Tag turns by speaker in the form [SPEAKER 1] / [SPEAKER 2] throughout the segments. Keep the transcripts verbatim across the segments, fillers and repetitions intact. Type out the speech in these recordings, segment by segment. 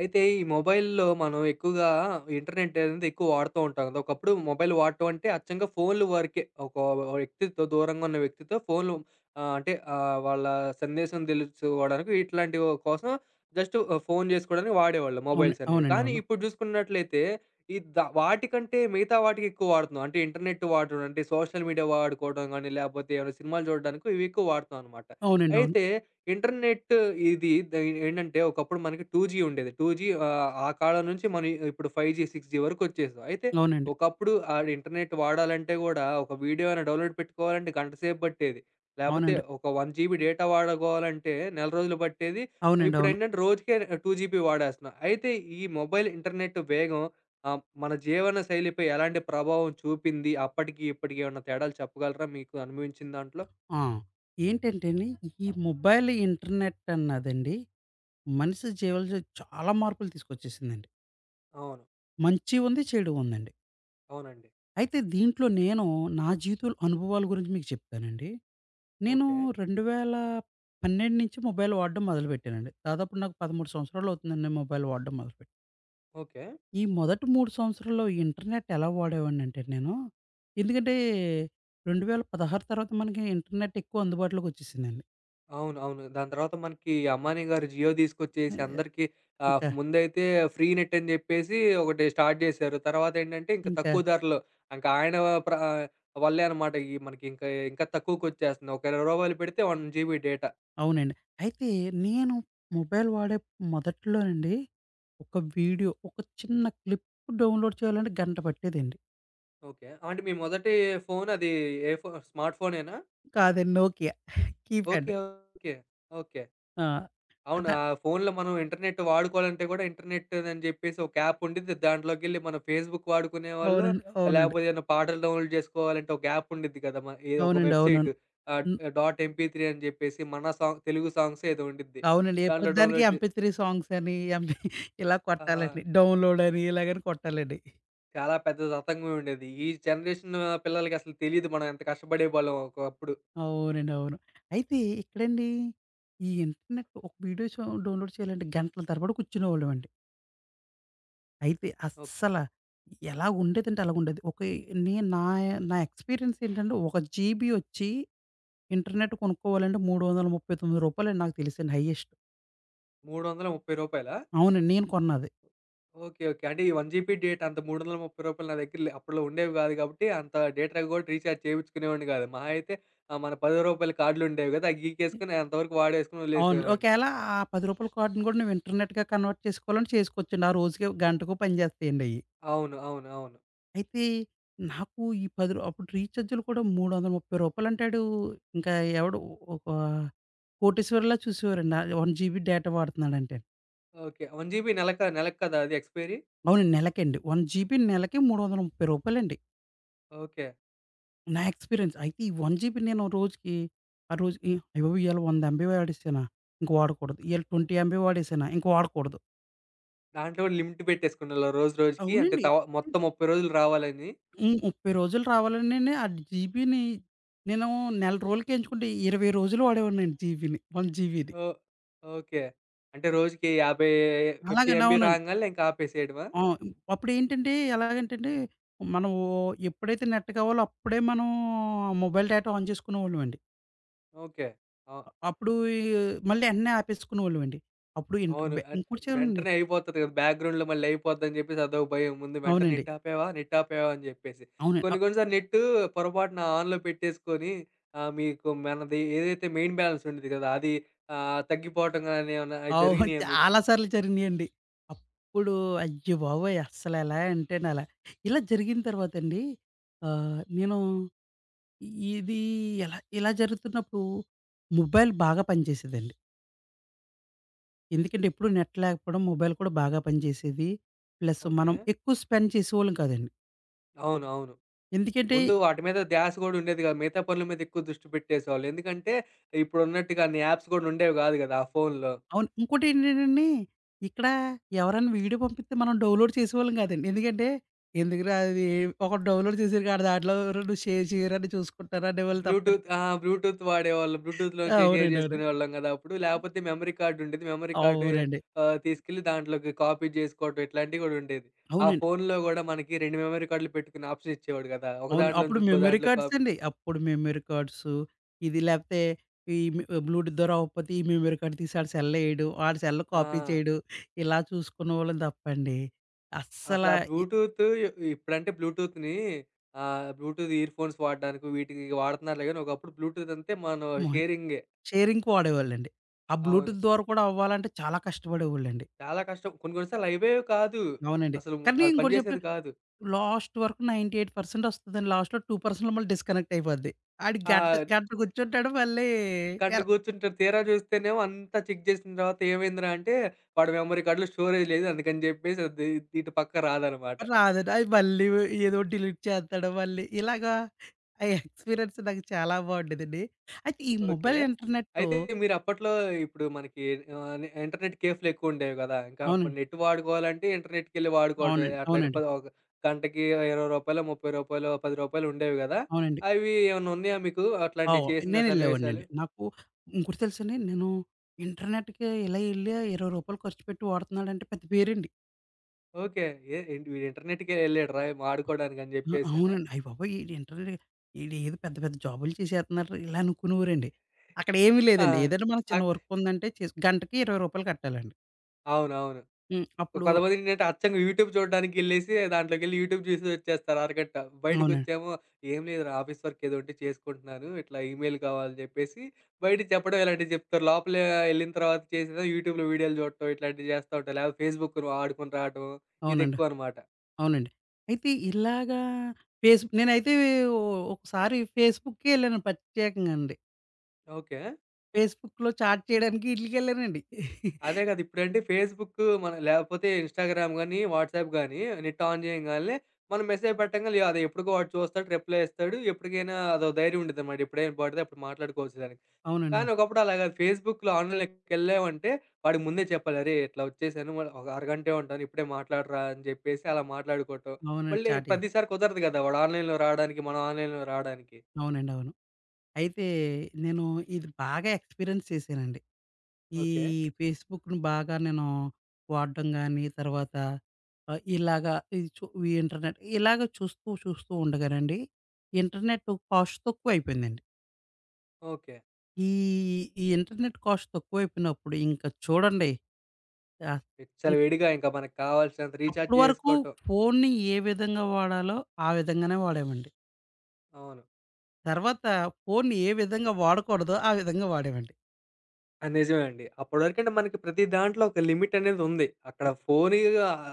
[SPEAKER 1] అయితే ఈ మొబైల్‌లో మనం ఎక్కువగా ఇంటర్నెట్ అనేది ఎక్కువ వాడుతూ ఉంటాం కదా! ఒకప్పుడు మొబైల్ వాడటం అంటే అచ్చంగా ఫోన్‌లు వరకే. ఒక వ్యక్తితో దూరంగా ఉన్న వ్యక్తితో ఫోన్‌లు ఆహ్, అంటే ఆహ్, వాళ్ళ సందేశం తెలుసుకోవడానికి ఇట్లాంటి కోసం జస్ట్ ఫోన్ చేసుకోవడానికి వాడేవాళ్ళు
[SPEAKER 2] అవును.
[SPEAKER 1] మొబైల్స్ అనేవి.
[SPEAKER 2] అవునండి.
[SPEAKER 1] కానీ
[SPEAKER 2] అవును.
[SPEAKER 1] ఇప్పుడు చూసుకున్నట్లయితే ఈ ద వాటికంటే మిగతా వాటికి ఎక్కువ వాడుతున్నాం. అంటే ఇంటర్నెట్ వాడడం అంటే సోషల్ మీడియా వాడుకోవడం గాని, లేకపోతే ఏమైనా సినిమాలు చూడడానికో ఇవి ఎక్కువ వాడుతున్నాం అనమాట.
[SPEAKER 2] అవునండి. అవును.
[SPEAKER 1] అయితే ఇంటర్నెట్ ఇది ద ఏంటంటే ఒకప్పుడు మనకి టూ జీ ఉండేది. టూ జీ ఆహ్, ఆ కాలం నుంచి మనం ఇప్పుడు ఫైవ్ జీ, సిక్స్ జీ వరకు వచ్చేసాం. అయితే
[SPEAKER 2] అవునండి.
[SPEAKER 1] ఒకప్పుడు ఆ ఇంటర్నెట్ వాడాలంటే గూడా ఒక వీడియో అయినా డౌన్‌లోడ్ పెట్టుకోవాలంటే గంట సేపు పట్టేది. లేపోతే
[SPEAKER 2] అవునండి.
[SPEAKER 1] ఒక 1 జీబీ డేటా వాడుకోవాలంటే నెల రోజులు పట్టేది.
[SPEAKER 2] అవునండి. అవును.
[SPEAKER 1] ఇప్పుడేంటంటే రోజుకే రెండు జీబీ వాడేస్తున్నాం. అయితే ఈ మొబైల్ ఇంటర్నెట్ వేగం ఆహ్, మన జీవన శైలిపై ఎలాంటి ప్రభావం చూపింది? అప్పటికి, ఇప్పటికి ఏమన్నా తేడాలు చెప్పగలరా మీకు అనుభవించిన దాంట్లో?
[SPEAKER 2] ఆ! ఏంటంటేండి, ఈ మొబైల్ ఇంటర్నెట్ అన్నదండి, మనిషి జీవనశై చాలా మార్పులు తీసుకొచ్చేసిందండి.
[SPEAKER 1] అవును.
[SPEAKER 2] మంచి ఉంది, చెడు ఉందండి.
[SPEAKER 1] అవునండి.
[SPEAKER 2] అయితే దీంట్లో నేను నా జీవితంలో అనుభవాల గురించి మీకు చెప్తానండి. నేను
[SPEAKER 1] ఓకే.
[SPEAKER 2] రెండు వేల పన్నెండు నుంచి మొబైల్ వాడడం మొదలుపెట్టానండి. దాదాపు నాకు పదమూడు సంవత్సరాలు అవుతుందండి మొబైల్ వాడడం మొదలుపెట్టి.
[SPEAKER 1] ఓకే.
[SPEAKER 2] ఈ మొదటి మూడు సంవత్సరాల్లో ఈ ఇంటర్నెట్ ఎలా వాడేవాడినంటే నేను, ఎందుకంటే రెండు వేల పదహారు తర్వాత మనకి ఇంటర్నెట్ ఎక్కువ అందుబాటులోకి వచ్చేసిందండి.
[SPEAKER 1] అవును. అవును. దాని తర్వాత మనకి అంబానీ గారు జియో తీసుకొచ్చేసి
[SPEAKER 2] ఇంక
[SPEAKER 1] అందరికీ ఆహ్,
[SPEAKER 2] ఇంకా
[SPEAKER 1] ముందైతే ఫ్రీ నెట్ అని జెప్పేసి ఒకటి స్టార్ట్ జేశారు. తర్వాతేంటంటే ఇంక
[SPEAKER 2] ఇంకా
[SPEAKER 1] తక్కువ ధరలో ఇంకా ఆయన ప్ర వల్లే అనమాట ఈ మనకి ఇంకా, ఇంకా తక్కువకొచ్చేస్తుంది. ఒక రూ. ఇరవై పెడితే ఒక జీబీ డేటా.
[SPEAKER 2] అవునండి. అయితే నేను మొబైల్ వాడే మొదట్లోనండి, ఒక వీడియో, ఒక చిన్న క్లిప్ డౌన్‌లోడ్ చేయాలంటే గంట పట్టేదండి.
[SPEAKER 1] ఓకే. అంటే మీ మొదటి ఫోన్ అది ఏ ఫో స్మార్ట్ ఫోనేనా?
[SPEAKER 2] కాదండి, Nokia keypad.
[SPEAKER 1] Okay. Okay. Okay.
[SPEAKER 2] ఆ!
[SPEAKER 1] అవును.
[SPEAKER 2] అదా?
[SPEAKER 1] ఆ ఫోన్‌లో మనం ఇంటర్నెట్ వాడుకోవాలంటే గూడా ఇంటర్నెట్ అని జెప్పేసి ఒక యాప్ ఉండిద్ది. దాంట్లోకెళ్ళి మనం ఫేస్‌బుక్ వాడుకునేవాళ్ళు,
[SPEAKER 2] అవునండి. అవునండి.
[SPEAKER 1] లేకపోతే ఏదైనా పాటలు డౌన్‌లోడ్ జేసుకోవాలంటే ఒక యాప్ ఉండిద్ది కదా! మ ఏ ఒక
[SPEAKER 2] అవునండి.
[SPEAKER 1] వెబ్‌సైట్
[SPEAKER 2] అవునవును.
[SPEAKER 1] ఆహ్,
[SPEAKER 2] హ్మ్.
[SPEAKER 1] డాట్ ఎంపీ మూడు అని జెప్పేసి మన సాంగ్ తెలుగు సాంగ్స్ ఏదో ఉండిద్ది.
[SPEAKER 2] అవునండి. ఏ
[SPEAKER 1] దాంట్లో
[SPEAKER 2] ప్రతిదానికి
[SPEAKER 1] డౌన్‌లోడ్ జే
[SPEAKER 2] ఎంపీ త్రీ సాంగ్స్ అని, ఎంపీ ఇలా
[SPEAKER 1] ఆహా!
[SPEAKER 2] కొట్టాలండి. డౌన్‌లోడ్ అని ఇలాగని కొట్టాలండి.
[SPEAKER 1] చాలా పెద్ద తతంగం ఉండేది. ఈ జనరేషన్ పిల్లలకి అసలు తెలీదు మనం ఎంత కష్టపడేవాళ్ళమో ఒకప్పుడు.
[SPEAKER 2] అవునండి. అవును. అయితే ఇక్కడండి ఈ ఇంటర్నెట్ ఒక వీడియో చూ డౌన్‌లోడ్ చేయాలంటే గంటల తరబడి కూర్చునేవాళ్ళమండి. అయితే
[SPEAKER 1] ఓహ్!
[SPEAKER 2] అస్సల ఎలా ఉండేదంటే అలాగుండేది. ఒక నేను నా నా ఎక్స్‌పీరియన్స్ ఏంటంటే ఒక జీబీ వచ్చి ఇంటర్నెట్ కొనుక్కోవాలంటే రూ. మూడు వందల ముప్పై తొమ్మిది నాకు తెలిసండి హైయెస్ట్.
[SPEAKER 1] రూ. మూడు వందల ముప్పై రూపాయలా?
[SPEAKER 2] అవునండి. నేను కొన్నది.
[SPEAKER 1] ఓకే. ఓకే. అంటే ఈ ఒక జీబీ డేటా అంత రూ. మూడు వందల ముప్పై నా దగ్గర లే అప్పట్లో ఉండేవి గాదు గాబట్టి, అంత డేటా గూడా రీచార్జ్ చేపించుకునేవాడిని గాదు. మహా అయితే ఆహ్, మన రూ. పది కార్డులుండేవి గదా! అయి గీకేసుకొని అంతవరకు వాడేసుకొని
[SPEAKER 2] అవునండి.
[SPEAKER 1] వదిలేసేవాడిని.
[SPEAKER 2] ఒకేళ ఆ రూ. పది కార్డ్‌ని కూడా నువ్వు ఇంటర్నెట్‌గా కన్వర్ట్ చేసుకోవాలంటే చేసుకోవచ్చండి. ఆ రోజుకి గంటకో పని చేస్తాయండి అయి.
[SPEAKER 1] అవును. అవును. అవును.
[SPEAKER 2] అయితే నాకు ఈ పది రూ. అప్పుడు రీచార్జ్‌లు కూడా రూ. మూడు వందల ముప్పై అంటాడు. ఇంకా ఎవడు ఒక కోటీశ్వరులా చూసేవారండి. ఆహ్, ఒక జీబీ డేటా వాడుతున్నాడంటే.
[SPEAKER 1] ఓకే. ఒక జీబీ నెలకా నెలకు కదా అది ఎక్స్‌పైరీ?
[SPEAKER 2] అవును, నెలకండి. ఒకటి జీబీ నెలకి రూ. మూడు వందల ముప్పై అండి.
[SPEAKER 1] ఓకే.
[SPEAKER 2] నా ఎక్స్‌పీరియన్స్. అయితే ఈ ఒక జీబీ నేను రోజుకి ఆ రోజు ఈ అయ్యబాబోయ్, ఇయాల వంద ఎంబీ వాడేసానా? ఇంక వాడకూడదు. ఇయాల ఇరవై ఎంబీ వాడేసానా? ఇంక వాడకూడదు.
[SPEAKER 1] దాంట్లో గూడా లిమిట్ పెట్టేసుకునేలా రోజు రోజుకి అంటే
[SPEAKER 2] అవునండి.
[SPEAKER 1] తవ మొత్తం ముప్పై రోజులు రావాలని.
[SPEAKER 2] హ్మ్. ముప్పై రోజులు రావాలనేనే ఆ జీబీని నేను నెల రోజులకి ఎంచుకుంటే ఇరవై రోజులు వాడేవాడినండి జీబీని. ఒక జీబీది.
[SPEAKER 1] ఓ ఓకే. అంటే రోజుకి యాభై యాభై
[SPEAKER 2] అలాగని,
[SPEAKER 1] ఎంబీ
[SPEAKER 2] అవునండి.
[SPEAKER 1] రాంగాల్నే ఇంక ఆపేసేయడమా?
[SPEAKER 2] ఆ! అప్పుడేంటంటే ఎలాగంటేండి, మనం ఎప్పుడైతే నెట్ కావాలో అప్పుడే మనం మొబైల్ డేటా ఆన్ చేసుకునేవాళ్ళమండి.
[SPEAKER 1] ఓకే. ఆ!
[SPEAKER 2] అప్పుడు ఈ మళ్ళీ ఎన్నే ఆపేసుకునేవాళ్ళమండి. అప్పుడు ఇంట్
[SPEAKER 1] అవును.
[SPEAKER 2] బె
[SPEAKER 1] అది
[SPEAKER 2] ఇంకోటి చూడండి.
[SPEAKER 1] వెంటనే అయిపోతది కదా! బ్యాక్‌గ్రౌండ్‌లో మళ్ళీ అయిపోద్దని జెప్పేసి అదోక భయం. ముందు వెంటనే
[SPEAKER 2] అవునండి.
[SPEAKER 1] నెట్ ఆపావా? నెట్ ఆపావా? అని జెప్పేసి.
[SPEAKER 2] అవునండి. అ
[SPEAKER 1] కొన్ని కొన్ని సార్లు నెట్టు పొరపాటున ఆన్‌లో పెట్టేసుకొని ఆహ్, మీకు మనది ఏదైతే మెయిన్ బ్యాలెన్స్ ఉండిద్ది కదా! అది ఆహ్, తగ్గిపోవటం గాని ఏమన్నా అయి
[SPEAKER 2] అవును.
[SPEAKER 1] జరిగినాయా మీకు?
[SPEAKER 2] చాలా సార్లు జరిగినియండి. అప్పుడు అయ్య బాబోయ్! అస్సలెలా అంటేనలా. ఇలా జరిగిన తర్వాతండి, ఆహ్, నేను ఇ ఇది ఎలా ఇలా జరుగుతున్నప్పుడు మొబైల్ బాగా పనిచేసేదండి. ఎందుకంటే ఎప్పుడు నెట్ లేకపోవడం మొబైల్ కూడా బాగా పనిచేసేది. Plus
[SPEAKER 1] okay.
[SPEAKER 2] మనం ఎక్కువ స్పెండ్ చేసేవాళ్ళం కాదండి.
[SPEAKER 1] అవును. అవును.
[SPEAKER 2] ఎందుకంటే
[SPEAKER 1] ముందు వాటి మీద ధ్యాస గూడా ఉండేది గాదు. మిగతా పనుల మీద ఎక్కువ దృష్టి పెట్టేసేవాళ్ళు. ఎందుకంటే ఇప్పుడున్నట్టుగా అన్ని యాప్స్ గూడా ఉండేవి గాదు గదా! ఆ ఫోన్‌లో.
[SPEAKER 2] అవును. ఇంకోటేంటంటేనండి, ఇక్కడ ఎవరైనా వీడియో పంపిస్తే మనం డౌన్‌లోడ్ చేసేవాళ్ళం కాదండి. ఎందుకంటే ఎందుకురా అది, ఒకడు డౌన్‌లోడ్ చేసారు ఆడి దాంట్లో ఎవరైనా షేర్ చేయరని చూసుకుంటారు అనేవాళ్ళు తప్పండి.
[SPEAKER 1] బ్లూటూత్ ఆ! బ్లూటూత్ వాడేవాళ్ళం. బ్లూటూత్‌లోంచి షేర్
[SPEAKER 2] అవునండి. అవును.
[SPEAKER 1] చేసుకునేవాళ్ళం గదా! అప్పుడు. లేపోతే మెమరీ కార్డ్ ఉండేది. మెమరీ కార్డ్
[SPEAKER 2] అవునండి.
[SPEAKER 1] ఆహ్, తీసుకెళ్ళి దాంట్లోకి కాపీ చేసుకోవటం ఇట్లాంటివి గూడా ఉండేది. ఆ
[SPEAKER 2] అవునండి.
[SPEAKER 1] ఫోన్‌లో గూడా మనకి రెండు మెమరీ కార్డ్‌లు పెట్టుకునే ఆప్షన్ ఇచ్చేవాడు గదా! ఒక
[SPEAKER 2] అవును. అప్పుడు
[SPEAKER 1] దాంట్లోంచి ఇంకో
[SPEAKER 2] మెమరీ
[SPEAKER 1] దాంట్లో
[SPEAKER 2] కార్డ్స్
[SPEAKER 1] కాప్
[SPEAKER 2] అండి. అప్పుడు మెమరీ కార్డ్సు, ఇది లేపోతే ఈ మి బ్లూటూత్ ద్వారా అవ్వకపోతే ఈ మెమరీ కార్డ్ తీసి ఆడి సెల్‌లో ఎయడం. ఆడి సెల్‌లో
[SPEAKER 1] ఆ!
[SPEAKER 2] కాపీ చేయడం. ఇలా చూసుకునేవాళ్ళం తప్పండి. అస్సల
[SPEAKER 1] అసలు ఆ
[SPEAKER 2] ఈ
[SPEAKER 1] బ్లూటూత్ ఇ- ఇప్పుడంటే బ్లూటూత్‌ని ఆహ్, బ్లూటూత్ ఇయర్‌ఫోన్స్ వాడడానికి వీటికి వాడుతున్నారులే గానీ ఒకప్పుడు బ్లూటూత్ అంతే మనం
[SPEAKER 2] మొహ
[SPEAKER 1] షేరింగే.
[SPEAKER 2] షేరింగ్‌కి వాడేవాళ్ళండి. ఆ
[SPEAKER 1] అవును.
[SPEAKER 2] బ్లూటూత్ ద్వారా కూడా అవ్వాలంటే చాలా కష్టపడేవాళ్ళండి.
[SPEAKER 1] చాలా కష్టం. కొన్ని కొన్ని సార్లు అయ్యేవే కాదు.
[SPEAKER 2] అవునండి.
[SPEAKER 1] అసలు ము-
[SPEAKER 2] కానీ
[SPEAKER 1] అది
[SPEAKER 2] ఇంకోటి చెప్పిన,
[SPEAKER 1] పనిజేసేది కాదు.
[SPEAKER 2] లాస్ట్ వరకు తొంభై ఎనిమిది పర్సెంట్ వస్తదండి. లాస్ట్‌లో రెండు పర్సెంట్ మళ్ళీ డిస్కనెక్ట్ అయిపోద్ది. ఆడు గంట
[SPEAKER 1] ఆ!
[SPEAKER 2] గంట కూర్చుంటాడు మళ్ళీ,
[SPEAKER 1] గంట
[SPEAKER 2] ఎర
[SPEAKER 1] కూర్చుంటారు. తీరా చూస్తేనేమో అంతా చెక్ చేసిన తర్వాత ఏమైందిరా అంటే, వాడి మెమరీ కార్డ్‌లో స్టోరేజ్ లేదు. అందుకని జెప్పేసి అది ఇటు పక్క రాదనమాట.
[SPEAKER 2] రాదండి. అయి మళ్ళీ ఏదోటి డిలీట్ చేస్తాడు మళ్ళీ. ఇలాగా ఆ ఎక్స్‌పీరియన్స్ నాకు చాలా బావుండేదండి. అయితే ఈ
[SPEAKER 1] ఓకే.
[SPEAKER 2] Mobile internet.
[SPEAKER 1] అయితే మీరు అప్పట్లో ఇప్పుడు మనకి ఆహ్, ఇంటర్నెట్ కేఫ్‌లు ఎక్కువుండేవి గదా! ఇంకా అప్పుడు
[SPEAKER 2] అవునండి.
[SPEAKER 1] నెట్ వాడుకోవాలంటే ఇంటర్నెట్‌కెళ్ళి వాడుకోవటమే.
[SPEAKER 2] అవునండి.
[SPEAKER 1] అట్లాంటి ప
[SPEAKER 2] అవునండి.
[SPEAKER 1] ఒక గంటకి రూ. ఇరవై రూ. ముప్పై రూ. పది ఉండేవి గదా!
[SPEAKER 2] అవునండి.
[SPEAKER 1] అవి ఏమన్నా ఉన్నాయా మీకు అట్లాంటివి
[SPEAKER 2] అవు
[SPEAKER 1] చేసిన సన్నివేశాలు?
[SPEAKER 2] నేనెళ్ళేవాడినండి. నాకు ఇంకోటి తెలుసండి. నేను ఇంటర్నెట్‌కి ఇలా ఎళ్లి రూ. ఇరవై ఖర్చు పెట్టి వాడుతున్నాడంటే పెద్ద పేరండి.
[SPEAKER 1] ఓకే. ఏ ఏంటి వీడు ఇంటర్నెట్‌కే ఎళ్ళాడురా వాడుకోవడానికి అని
[SPEAKER 2] ఆ!
[SPEAKER 1] జెప్పేసనా?
[SPEAKER 2] అవునండి. అయ్యబాబోయ్! ఈడు ఇంటర్నెట్ ఈడు ఏదో పెద్ద పెద్ద జాబులు చేసేత్తన్నాడు ఇలా అనుకునేవారండి. అక్కడ ఏమీ
[SPEAKER 1] ఆ!
[SPEAKER 2] లేదండి. ఏదైనా మనకు చిన్న
[SPEAKER 1] అక్
[SPEAKER 2] వర్క్ ఉందంటే చేసి గంటకి రూ. ఇరవై కట్టాలండి.
[SPEAKER 1] అవునవును.
[SPEAKER 2] హ్మ్. అప్పుడు
[SPEAKER 1] కొంతమంది ఏంటంటే అచ్చంగా యూట్యూబ్ చూడడానికెళ్ళేసి దాంట్లోకెళ్ళి యూట్యూబ్ చూసి వచ్చేస్తారు అరగంట.
[SPEAKER 2] అవునండి.
[SPEAKER 1] బయటకొచ్చేమో "ఏం లేదురా ఆఫీస్ వర్క్ ఏదో ఉంటే చేసుకుంటున్నాను. ఇట్లా ఈమెయిల్ కావాలని" చెప్పేసి బయటికి చెప్పడం ఇలాంటివి చెప్తారు. లోపల ఎళ్ళిన తర్వాత చేసేదో యూట్యూబ్‌లో వీడియోలు చూడటం ఇట్లాంటివి చేస్తా ఉంటారు. లేకపోతే ఫేస్‌బుక్ ఆడుకొని రావడం
[SPEAKER 2] అవునండి.
[SPEAKER 1] ఇదెక్కువనమాట.
[SPEAKER 2] అవునండి. అయితే ఇలాగా ఫేస్ నేనైతే ఒ ఒకసారి ఫేస్‌బుక్‌కే ఎళ్ళాను ప్రత్యేకంగండి.
[SPEAKER 1] ఓకే.
[SPEAKER 2] ఫేస్‌బుక్‌లో చాట్ చేయడానికి ఈటిలికెళ్ళానండి.
[SPEAKER 1] అదే కదా! ఇప్పుడంటే ఫేస్‌బుక్ మన లేకపోతే ఇన్‌స్టాగ్రామ్ గానీ, వాట్సాప్ గానీ నెట్ ఆన్ చేయంగాల్నే మనం మెసేజ్ పెట్టంగాల్నే అది ఎప్పటికో వాడు చూస్తాడు. రిప్లై ఇస్తాడు. ఎప్పటికైనా అదో ధైర్యం ఉండిద్దనమాట. ఎప్పుడైనా పడితే అప్పుడు మాట్లాడుకోవచ్చు దానికి.
[SPEAKER 2] అవునండి. అవును.
[SPEAKER 1] కానీ ఒకప్పుడు అలా కాదు. ఫేస్‌బుక్‌లో ఆన్‌లైన్‌లోకెళ్ళామంటే వాడికి ముందే చెప్పాలి. అరేయ్! ఇట్లా వచ్చేసాను. మరి ఒక అరగంటే ఉంటాను. ఇప్పుడే మాట్లాడరా అని చెప్పేసి అలా మాట్లాడుకోవటం.
[SPEAKER 2] అవునండి.
[SPEAKER 1] మళ్ళీ
[SPEAKER 2] చాటింగ్.
[SPEAKER 1] ప్రతిసారి కుదరదు కదా! వాడు ఆన్‌లైన్‌లో రావడానికి, మనం ఆన్‌లైన్‌లో రావడానికి.
[SPEAKER 2] అవునండి. అవును. అయితే నేను ఇది బాగా ఎక్స్‌పీరియన్స్ చేశానండి. ఈ
[SPEAKER 1] ఓకే.
[SPEAKER 2] ఫేస్‌బుక్‌ని బాగా నేను వాడడం గాని, తర్వాత ఆహ్, ఇలాగా ఇది చు ఈ ఇంటర్నెట్ ఇలాగ చూస్తూ, చూస్తూ ఉండగానండి, ఇంటర్నెట్ కాస్ట్ తక్కువయిపోయిందండి.
[SPEAKER 1] ఓకే.
[SPEAKER 2] ఈ, ఈ ఇంటర్నెట్ కాస్ట్ తక్కువైపోయినప్పుడు ఇంక చూడండి. ఆహ్, ఇంక్
[SPEAKER 1] విచ్చలవిడిగా ఇంకా మనకు కావాల్సినంత రీచార్జ్
[SPEAKER 2] అప్పటి వరకు
[SPEAKER 1] చేసుకోవటం.
[SPEAKER 2] ఫోన్‌ని ఏ విధంగా వాడాలో ఆ విధంగానే వాడామండి.
[SPEAKER 1] అవును.
[SPEAKER 2] తర్వాత ఫోన్‌ని ఏ విధంగా వాడకూడదో ఆ విధంగా వాడామండి.
[SPEAKER 1] ఆ! నిజమే అండి. అప్పటివరకంటే మనకి ప్రతి దాంట్లో ఒక లిమిట్ అనేది ఉంది. అక్కడ
[SPEAKER 2] అ!
[SPEAKER 1] ఫోను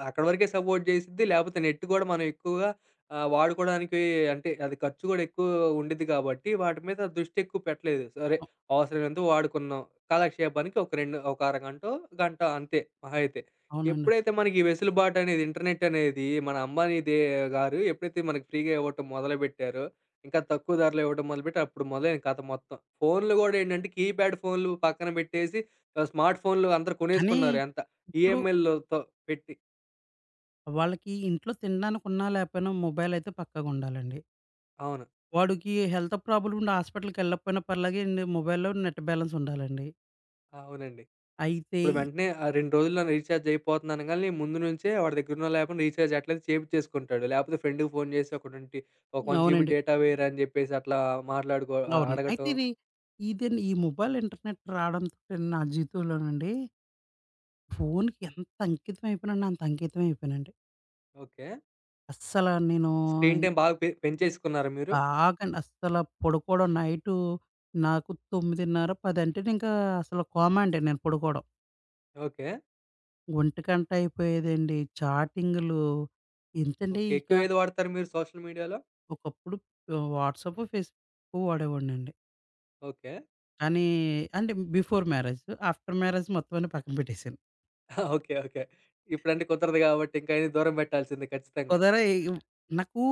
[SPEAKER 1] అక్కడి వరకే సపోర్ట్ చేసిద్ది. లేపోతే నెట్ గూడా మనం ఎక్కువగా ఆహ్, వాడుకోవడానికి అంటే అది ఖర్చు గూడా ఎక్కువ ఉండిద్ది కాబట్టి వాటి మీద దృష్టి ఎక్కువ పెట్టలేదు. సరే
[SPEAKER 2] అ!
[SPEAKER 1] అవసరమైనంత వాడుకున్నాం. కాలక్షేపానికి ఒక రెండు ఒక అరగంటో, గంటో అంతే మహా అయితే.
[SPEAKER 2] అవునండి.
[SPEAKER 1] ఎప్పుడైతే మనకి ఈ వెసులుబాటు అనేది ఇంటర్నెట్ అనేది మన అంబానీ దే గారు ఎప్పుడైతే మనకి ఫ్రీగా ఇవ్వటం మొదలుపెట్టారో ఇంకా తక్కువ ధరలో ఇవ్వడం మొదలుపెట్టి అప్పుడు మొదలైంది కథ మొత్తం. ఫోన్‌లు గూడా ఏంటంటే కీప్యాడ్ ఫోన్‌లు పక్కన పెట్టేసి ఆహ్, స్మార్ట్ ఫోన్‌లు అందరూ
[SPEAKER 2] కానీ
[SPEAKER 1] కొనేసుకున్నారు ఎంత
[SPEAKER 2] ఇప్పుడు
[SPEAKER 1] ఈఎంఐలతో పెట్టి.
[SPEAKER 2] వాళ్ళకి ఇంట్లో తినడానికి ఉన్నా లేకపోయినా మొబైల్ అయితే పక్కాగా ఉండాలండి.
[SPEAKER 1] అవును.
[SPEAKER 2] వాడికి హెల్త్ ప్రాబ్లమ్ ఉండి హాస్పిటల్‌కెళ్ళకపోయినా పర్లేదండి, మొబైల్‌లో నెట్ బ్యాలెన్స్ ఉండాలండి.
[SPEAKER 1] అవునండి.
[SPEAKER 2] అయితే
[SPEAKER 1] ఇప్పుడు
[SPEAKER 2] ఈ-
[SPEAKER 1] వెంటనే ఆ రెండు రోజుల్లో రీచార్జ్ అయిపోతుంది అనగాల్నే ముందు నుంచే వాడి దగ్గరున్నో లేపోయిన రీచార్జ్ ఎట్లైనా చేపిచ్చేసుకుంటాడు. లేపోతే ఫ్రెండ్‌కి ఫోన్ చేసి ఒక ఇరవై ఒక 1 జీబీ
[SPEAKER 2] అవునండి.
[SPEAKER 1] డేటా వేయరా అని జెప్పేసి అట్లా మాట్లాడుకో ఆహ్,
[SPEAKER 2] అవునండి. అయితే
[SPEAKER 1] అడగటం.
[SPEAKER 2] ఇవి, ఇదండి ఈ మొబైల్ ఇంటర్నెట్ రావడంతోటండి నా జీవితంలోనండి ఫోన్‌కి ఎంత అంకితం అయిపోయానంటే అంత అంకితం అయిపోయానండి.
[SPEAKER 1] ఓకే.
[SPEAKER 2] అస్సల నేను
[SPEAKER 1] స్క్రీన్ టైమ్ బాగా పె పెంచేసుకున్నారా మీరు?
[SPEAKER 2] బాగాండి, అస్సల పడుకోవడం నైటు నాకు తొమ్మిదిన్నర, పది అంటే నేను ఇంకా అసలు కోమా అండి నేను పడుకోవడం.
[SPEAKER 1] ఓకే.
[SPEAKER 2] ఒంటిగంట అయిపోయేదండి. చాటింగులు ఎంతండి
[SPEAKER 1] ఓకే.
[SPEAKER 2] ఇక.
[SPEAKER 1] ఎక్కువ ఏది వాడతారు మీరు సోషల్ మీడియాలో?
[SPEAKER 2] ఒకప్పుడు ఆహ్, వాట్సాప్, ఫేస్‌బుక్ వాడేవాడినండి.
[SPEAKER 1] ఓకే.
[SPEAKER 2] కానీ, అంటే బిఫోర్ మ్యారేజ్. ఆఫ్టర్ మ్యారేజ్ మొత్తం అన్ని పక్కన పెట్టేసాను.
[SPEAKER 1] ఓకే. ఓకే. ఇప్పుడంటే కుదరదు గాబట్టి ఇంకయన్ని దూరం బెట్టాల్సిందే ఖచ్చితంగా.
[SPEAKER 2] కుదరయి నాకు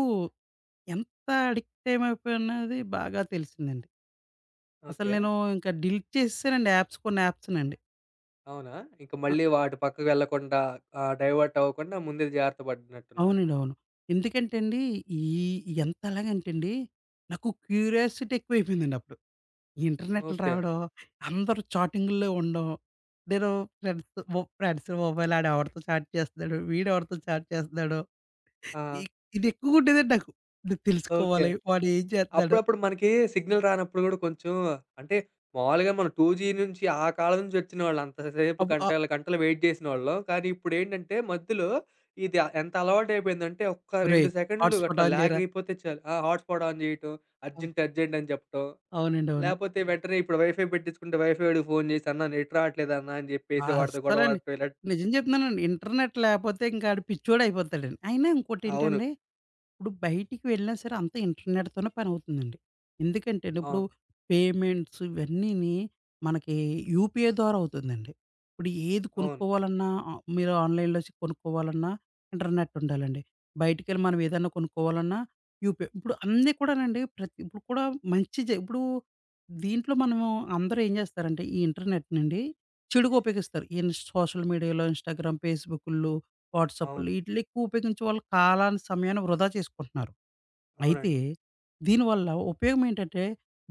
[SPEAKER 2] ఎంత అడిక్ట్ ఏమైపోయానది బాగా తెలిసిందండి. అసలు
[SPEAKER 1] ఓకే.
[SPEAKER 2] నేను ఇంకా డిలీట్ చేసేసానండి యాప్స్, కొన్ని యాప్స్‌నండి.
[SPEAKER 1] అవునా? ఇంక
[SPEAKER 2] అ
[SPEAKER 1] మళ్ళీ వ అటు పక్కకు వెళ్ళకుండా ఆహ్, డైవర్ట్ అవ్వకుండా ముందే జాగ్రత్త పడినట్టున్నారు.
[SPEAKER 2] అవునండి. అవును. ఎందుకంటే అండి, ఈ ఎంత అలాగంటే అండి, నాకు క్యూరియాసిటీ ఎక్కువైపోయిందండి అప్పుడు. ఈ ఇంటర్నెట్లు
[SPEAKER 1] ఓకే.
[SPEAKER 2] రావడం, అందరూ చాటింగ్‌ల్లో ఉండడం, నేను ఫ్రెండ్స్ మొ ఫ్రెండ్స్ మొబైల్ ఆడు ఎవడితో చాట్ చేస్తున్నాడు, వీడు ఎవడితో చాట్ చేస్తున్నాడు.
[SPEAKER 1] ఆ!
[SPEAKER 2] ఇ ఇది ఎక్కువగుండేదండి నాకు. నేను
[SPEAKER 1] ఓకే.
[SPEAKER 2] తెలుసుకోవాలి వాడు ఏం చేస్తున్నాడు
[SPEAKER 1] అప్పుడప్పుడు మనకి సిగ్నల్ రానప్పుడు గూడా కొంచెం అంటే మామూలుగా మనం టూ జీ నుంచి ఆ కాలం నుంచి ఒచ్చినోళ్ళం. అంత సేపు
[SPEAKER 2] అప్పుడు.
[SPEAKER 1] గంటలు, గంటలు వెయిట్ జేసినోళ్ళం. కానీ ఇప్పుడేంటంటే మధ్యలో ఇది ఆహ్, ఎంత అలవాటయిపోయిందంటే ఒక్క రెండు
[SPEAKER 2] ఒరేయ్!
[SPEAKER 1] సెకండ్‌లు అట్లా
[SPEAKER 2] హాట్‌స్పాట్ ఆన్
[SPEAKER 1] ల్యాగ్
[SPEAKER 2] చేయరా?
[SPEAKER 1] అయిపోతే చాలు. ఆ! హాట్‌స్పాట్ ఆన్ జేయటం,
[SPEAKER 2] ఆ!
[SPEAKER 1] అర్జెంట్, అర్జెంట్ అని జెప్పటం.
[SPEAKER 2] అవునండి. అవును.
[SPEAKER 1] లేపోతే వెంటనే ఇప్పుడు వైఫై పెట్టించుకుంటే వైఫై వాడికి ఫోను చేసి, "అన్నా నెట్ రావట్లేదు అన్నా" అని చెప్పేసి వాడితో గొడవ
[SPEAKER 2] అస్సలండి,
[SPEAKER 1] ఆడటం ఇలా
[SPEAKER 2] నిజం చెప్తున్నానండి. ఇంటర్నెట్ లేపోతే ఇంకాడు పిచ్చోడయిపోతాడండి. అయినా
[SPEAKER 1] అవును.
[SPEAKER 2] ఇంకోటేంటండి, ఇప్పుడు బయటికి వెళ్ళినా సరే అంతా ఇంటర్నెట్‌తోనే పనవుతుందండి. ఎందుకంటే ఇప్పుడు
[SPEAKER 1] అవును.
[SPEAKER 2] పేమెంట్స్ ఇవన్నీని మనకి యూపీఐ ద్వారా అవుతుందండి. ఇప్పుడు ఏది
[SPEAKER 1] అవును.
[SPEAKER 2] కొనుక్కోవాలన్నా, ఆహ్, మీరు ఆన్‌లైన్‌లో వచ్చి కొనుక్కోవాలన్నా ఇంటర్నెట్ ఉండాలండి. బయటికెళ్ళి మనం ఏదన్నా కొనుక్కోవాలన్నా యూపీఐ. ఇప్పుడు అన్నీ కూడానండి, ప్రతి ఇప్పుడు కూడా మంచి జ ఇప్పుడు దీంట్లో మనము అందరూ ఏం చేస్తారంటే, ఈ ఇంటర్నెట్ నుండి చెడుగా ఉపయోగిస్తారు. ఈ ఇన్ సోషల్ మీడియాలో, ఇన్‌స్టాగ్రామ్, ఫేస్‌బుకుల్లో, వాట్సాప్‌లు
[SPEAKER 1] అవును.
[SPEAKER 2] ఈటిల్లో ఎక్కువ ఉపయోగించే వాళ్ళు కాలాన్ని, సమయాన్ని వృధా చేసుకుంటున్నారు. అయితే
[SPEAKER 1] అవునండి.
[SPEAKER 2] దీనివల్ల ఉపయోగం ఏంటంటే,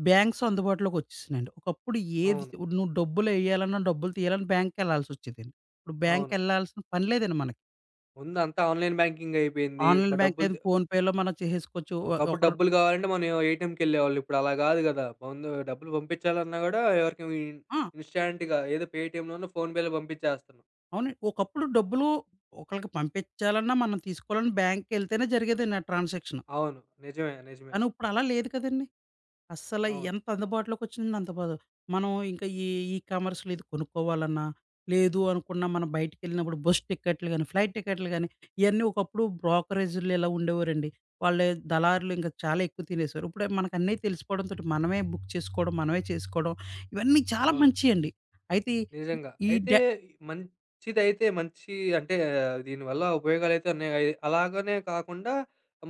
[SPEAKER 2] బ్యాంక్స్ అందుబాటులోకి వచ్చేసినాయండి. ఒకప్పుడు ఏది
[SPEAKER 1] అవును.
[SPEAKER 2] నువ్వు డబ్బులెయ్యాలన్నా, డబ్బులు తీయాలన్నా బ్యాంక్‌కెళ్ళాల్సొచ్చేదండి. ఇప్పుడు
[SPEAKER 1] అవును.
[SPEAKER 2] బ్యాంక్‌కెళ్ళాల్సిన పని లేదండి మనకి.
[SPEAKER 1] ముందు అంతా ఆన్‌లైన్ బ్యాంకింగ్ అయిపోయింది.
[SPEAKER 2] ఆన్‌లైన్
[SPEAKER 1] బ డబ్బులు
[SPEAKER 2] బ్యాంకింగ్
[SPEAKER 1] తె
[SPEAKER 2] ఫోన్‌పేలో మనం చేసేసుకోవచ్చు. ఒ
[SPEAKER 1] ఒకప్పుడు
[SPEAKER 2] ఒకడు.
[SPEAKER 1] డబ్బులు కావాలంటే మనం ఏటీఎంకెళ్ళేవాళ్ళు. ఇప్పుడు అలా కాదు కదా! ముందు డబ్బులు పంపించాలన్నా కూడా ఎవరికి ఇన్
[SPEAKER 2] ఆ!
[SPEAKER 1] ఇన్‌స్టాంట్‌గా ఏదో పేటీఎంలోనో, ఫోన్‌పేలో పంపించేస్తున్నాం.
[SPEAKER 2] అవునండి. ఒకప్పుడు డబ్బులు ఒకళ్ళకి పంపించాలన్నా, మనం తీసుకోవాలన్నా బ్యాంక్‌కెళ్తేనే జరిగేదండి ఆ ట్రాన్సాక్షన్.
[SPEAKER 1] అవును. నిజమే. నిజమే.
[SPEAKER 2] కానీ ఇప్పుడు అలా లేదు కదండీ! అస్సల
[SPEAKER 1] అవును.
[SPEAKER 2] ఎంత అందుబాటులోకొచ్చిందంటే అంత బాదు. మనం ఇంకా ఈ ఈ కామర్స్‌లో ఇది కొనుక్కోవాలన్నా, లేదు అనుకున్నా మనం బయటికెళ్ళినప్పుడు బస్ టికెట్లు గాని, ఫ్లైట్ టికెట్లు గాని, ఇయన్నీ ఒకప్పుడు బ్రోకరేజీలు ఇలా ఉండేవారండి. వాళ్ళే దళారులు ఇంకా చాలా ఎక్కువ తినేసేవారు. ఇప్పుడే మనకన్నీ తెలిసిపోవడంతోటి మనమే బుక్ చేసుకోవడం, మనమే చేసుకోవడం, ఇవన్నీ చాలా
[SPEAKER 1] అవును.
[SPEAKER 2] మంచియండి. అయితే
[SPEAKER 1] నిజంగా.
[SPEAKER 2] ఈ ఈ
[SPEAKER 1] అయితే మంచిదైతే మంచి అంటే ఆ, దీనివల్ల ఉపయోగాలైతే ఉన్నాయి. అయి అలాగనే కాకుండా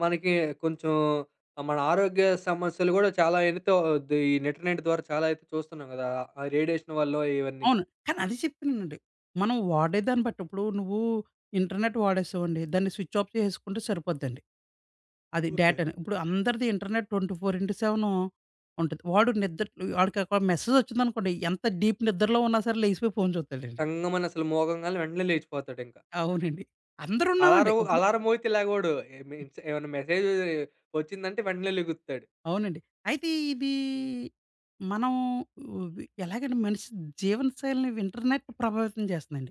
[SPEAKER 1] మనకి కొంచెం మన ఆరోగ్య సమస్యలు గూడా చాలా ఎనితో ది ఈ ఇంటర్నెట్ ద్వారా చాలా అయితే చూస్తున్నాం గదా! ఆ రేడియేషన్ వల్లో ఇవన్నీ.
[SPEAKER 2] అవును. కానీ అదే చెప్తున్నానండి. మనం వాడే దాన్ని బట్టి, ఇప్పుడు నువ్వు ఇంటర్నెట్ వాడేసావండి. దాన్ని స్విచ్ ఆఫ్ చేసేసుకుంటే సరిపోద్దండి. అది
[SPEAKER 1] ఓకే.
[SPEAKER 2] డేటాని. ఇప్పుడు అందరిది internet twenty four by seven ఉంటది. వాడు నిద్ర వాడికి ఒక మెసేజ్ వచ్చిందనుకోండి, ఎంత డీప్ నిద్రలో ఉన్నా సరే లేసిపోయి ఫోన్ చూత్తాడండి.
[SPEAKER 1] టంగుమని అసలు మోగంగానే వెంటనే లేచిపోతాడింక.
[SPEAKER 2] అవునండి. అందరూ ఉన్నామండి.
[SPEAKER 1] అలారం
[SPEAKER 2] ఇప్పుడు
[SPEAKER 1] అలారం మోగితే లెగవడు. ఏమి ఏమన్నా మెసేజ్ వచ్చిందంటే వెంటనే లెగుస్తాడు.
[SPEAKER 2] అవునండి. అయితే ఇది మనం వ్ ఎలాగంటే, మనిషి జీవనశైలిని ఇంటర్నెట్ ప్రభావితం చేస్తుందండి.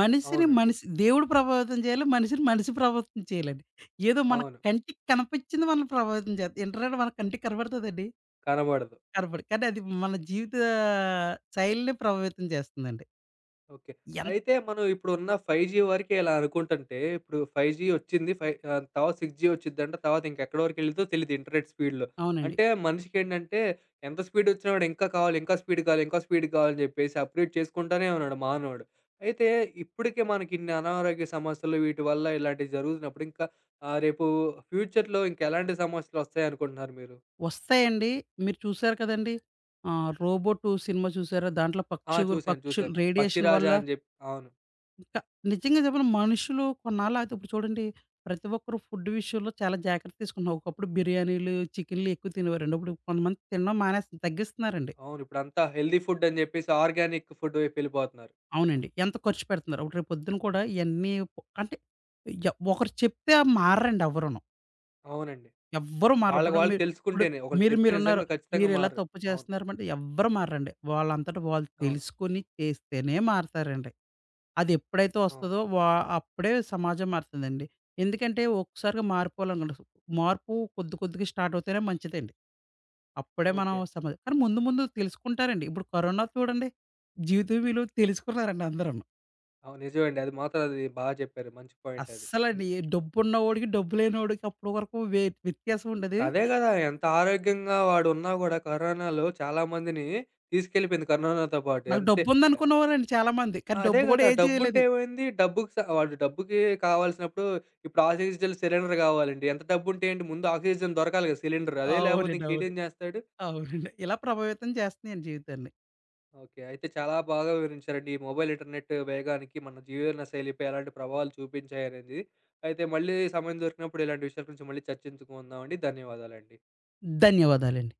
[SPEAKER 2] మనిషిని
[SPEAKER 1] అవునండి.
[SPEAKER 2] మనిషి దేవుడు ప్రభావితం చేయాలి. మనిషిని మనిషి ప్రభావితం చేయాలండి. ఏదో మన
[SPEAKER 1] అవును.
[SPEAKER 2] కంటికి కనిపించింది మనల్ని ప్రభావితం చేస్తది. ఇంటర్నెట్ మన కంటికి కనపడతదండి.
[SPEAKER 1] కనబడదు.
[SPEAKER 2] కనపడదు. కానీ అది మన జీవిత శైలిని ప్రభావితం చేస్తుందండి.
[SPEAKER 1] ఓకే.
[SPEAKER 2] ఎంత.
[SPEAKER 1] అయితే మనం ఇప్పుడున్న ఫైవ్ జీ వరకే ఇలా అనుకుంటుంటే, ఇప్పుడు ఫైవ్ జీ వచ్చింది. ఫై ఆహ్, తర్వాత సిక్స్ జీ వచ్చిద్దంట. తర్వాత ఇంకెక్కడి వరకెళ్ళిద్దో తెలీదు ఇంటర్నెట్ స్పీడ్‌లో.
[SPEAKER 2] అవునండి.
[SPEAKER 1] అంటే మనిషికేంటంటే ఎంత స్పీడ్ వచ్చినా కూడా ఇంకా కావాలి, ఇంకా స్పీడ్ కావాలి, ఇంకా స్పీడ్ కావాలని చెప్పేసి అప్‌గ్రేడ్ చేసుకుంటానే ఉన్నాడు మానవుడు. అయితే ఇప్పటికే మనకిన్ని అనారోగ్య సమస్యలు వీటి వల్ల ఇలాంటివి జరుగుతున్నప్పుడు ఇంకా ఆహ్, రేపు ఫ్యూచర్‌లో ఇంకెలాంటి సమస్యలొస్తాయనుకుంటున్నారు మీరు?
[SPEAKER 2] వస్తాయండి. మీరు చూసారు కదండీ! ఆహ్, 'రోబోట్' సినిమా చూసారా? దాంట్లో
[SPEAKER 1] ఆ!
[SPEAKER 2] పక్షి గు
[SPEAKER 1] చూసాను.
[SPEAKER 2] పక్షులు
[SPEAKER 1] చూసాను.
[SPEAKER 2] రేడియేషన్
[SPEAKER 1] పక్షిరాజా
[SPEAKER 2] వల్ల,
[SPEAKER 1] అని జెప్పి అవును.
[SPEAKER 2] క నిజంగా చెప్పాలి మనుషులు కొన్నాళ్ళు ఆగితే, ఇప్పుడు చూడండి, ప్రతి ఒక్కరు ఫుడ్ విషయంలో చాలా జాగ్రత్త తీసుకుంటున్నారు. ఒకప్పుడు బిర్యానీలు, చికెన్‌లు ఎక్కువ తినేవారండి. ఇప్పుడు కొంతమంది తినడం మానేస్తు తగ్గిస్తున్నారండి.
[SPEAKER 1] అవును. ఇప్పుడంతా హెల్తీ ఫుడ్ అని జెప్పేసి ఆర్గానిక్ ఫుడ్ వైపెళ్ళిపోతున్నారు.
[SPEAKER 2] అవునండి. ఎంత ఖర్చు పెడుతున్నారు. ఇప్పుడు రేపు పొద్దున కూడా ఇయన్నీ, అంటే య ఒకరు చెప్తే ఆ మారరండి ఎవ్వరును.
[SPEAKER 1] అవునండి.
[SPEAKER 2] ఎవ్వరు మారరు.
[SPEAKER 1] వాళ్ళకి
[SPEAKER 2] ఇప్పుడు
[SPEAKER 1] వాళ్ళు
[SPEAKER 2] మీరు ఇప్పుడు
[SPEAKER 1] తెలుసుకుంటేనే. ఒకళ్ళు
[SPEAKER 2] మీరు
[SPEAKER 1] చెప్తే
[SPEAKER 2] మీరున్నారు.
[SPEAKER 1] నిజంగా ఖచ్చితంగా
[SPEAKER 2] మీరిలా
[SPEAKER 1] మారరు.
[SPEAKER 2] తప్పు
[SPEAKER 1] అవును.
[SPEAKER 2] చేస్తున్నారంటే ఎవ్వరు మారరండి. వాళ్ళంతట వాళ్ళు
[SPEAKER 1] అవును.
[SPEAKER 2] తెలుసుకొని చేస్తేనే మారతారండి. అదెప్పుడైతే
[SPEAKER 1] అవును.
[SPEAKER 2] వస్తదో వా అప్పుడే సమాజం మారుతదండి. ఎందుకంటే ఒక్కసారిగా మారిపోవాలనుకుంటారు. మార్పు కొద్ది కొద్దిగా స్టార్ట్ అవుతేనే మంచిదండి. అప్పుడే మనం
[SPEAKER 1] ఓకే.
[SPEAKER 2] సమాజం కానీ ముందు ముందు తెలుసుకుంటారండి. ఇప్పుడు కరోనా చూడండి. జీవిత విలువ తెలుసుకున్నారండి అందరూను.
[SPEAKER 1] అవును. నిజమండి. అది మాత్రం అది బా చెప్పారు. మంచి పాయింట్ అది. హ్మ్.
[SPEAKER 2] అస్సలండి, డబ్బున్నవోడికి, డబ్బు లేనోడికి అప్పటి వరకు వె వ్యత్యాసం ఉండేది.
[SPEAKER 1] అదే గదా! ఎంత ఆరోగ్యంగా వాడున్నా గూడా కరోనాలో చాలా మందిని తీసుకెళ్ళిపోయింది కరోనాతో పాటు.
[SPEAKER 2] నాకు
[SPEAKER 1] అంతే.
[SPEAKER 2] డబ్బుందనుకునేవారండి చాలామంది. కానీ
[SPEAKER 1] అదే
[SPEAKER 2] డబ్బు గూడా
[SPEAKER 1] గదా!
[SPEAKER 2] ఏం
[SPEAKER 1] డబ్బుంటే
[SPEAKER 2] చేయలేదండి.
[SPEAKER 1] ఏమైంది? డబ్బుకి స వాడు డబ్బుకి కావాల్సినప్పుడు ఇప్పుడు ఆక్సిజన్ సిలిండర్ గావాలండి. ఎంత డబ్బుంటే ఏంటి? ముందు ఆక్సిజన్ దొరకాలి గదా! సిలిండర్. అదే లేపోతే
[SPEAKER 2] అవునండి. అవును.
[SPEAKER 1] ఇంకేటేం జేస్తాడు?
[SPEAKER 2] అవునండి. ఇలా ప్రభావితం చేస్తున్నాయండి జీవితాన్ని.
[SPEAKER 1] ఓకే. అయితే చాలా బాగా వివరించారండి. ఈ మొబైల్ ఇంటర్నెట్ వేగానికి మన జీవన శైలిపై ఎలాంటి ప్రభావాలు చూపించాయనేది. అయితే మళ్ళీ సమయం దొరికినప్పుడు ఇలాంటి విషయాల గురించి మళ్ళీ చర్చించుకుందామండి. ధన్యవాదాలండి.
[SPEAKER 2] ధన్యవాదాలండి.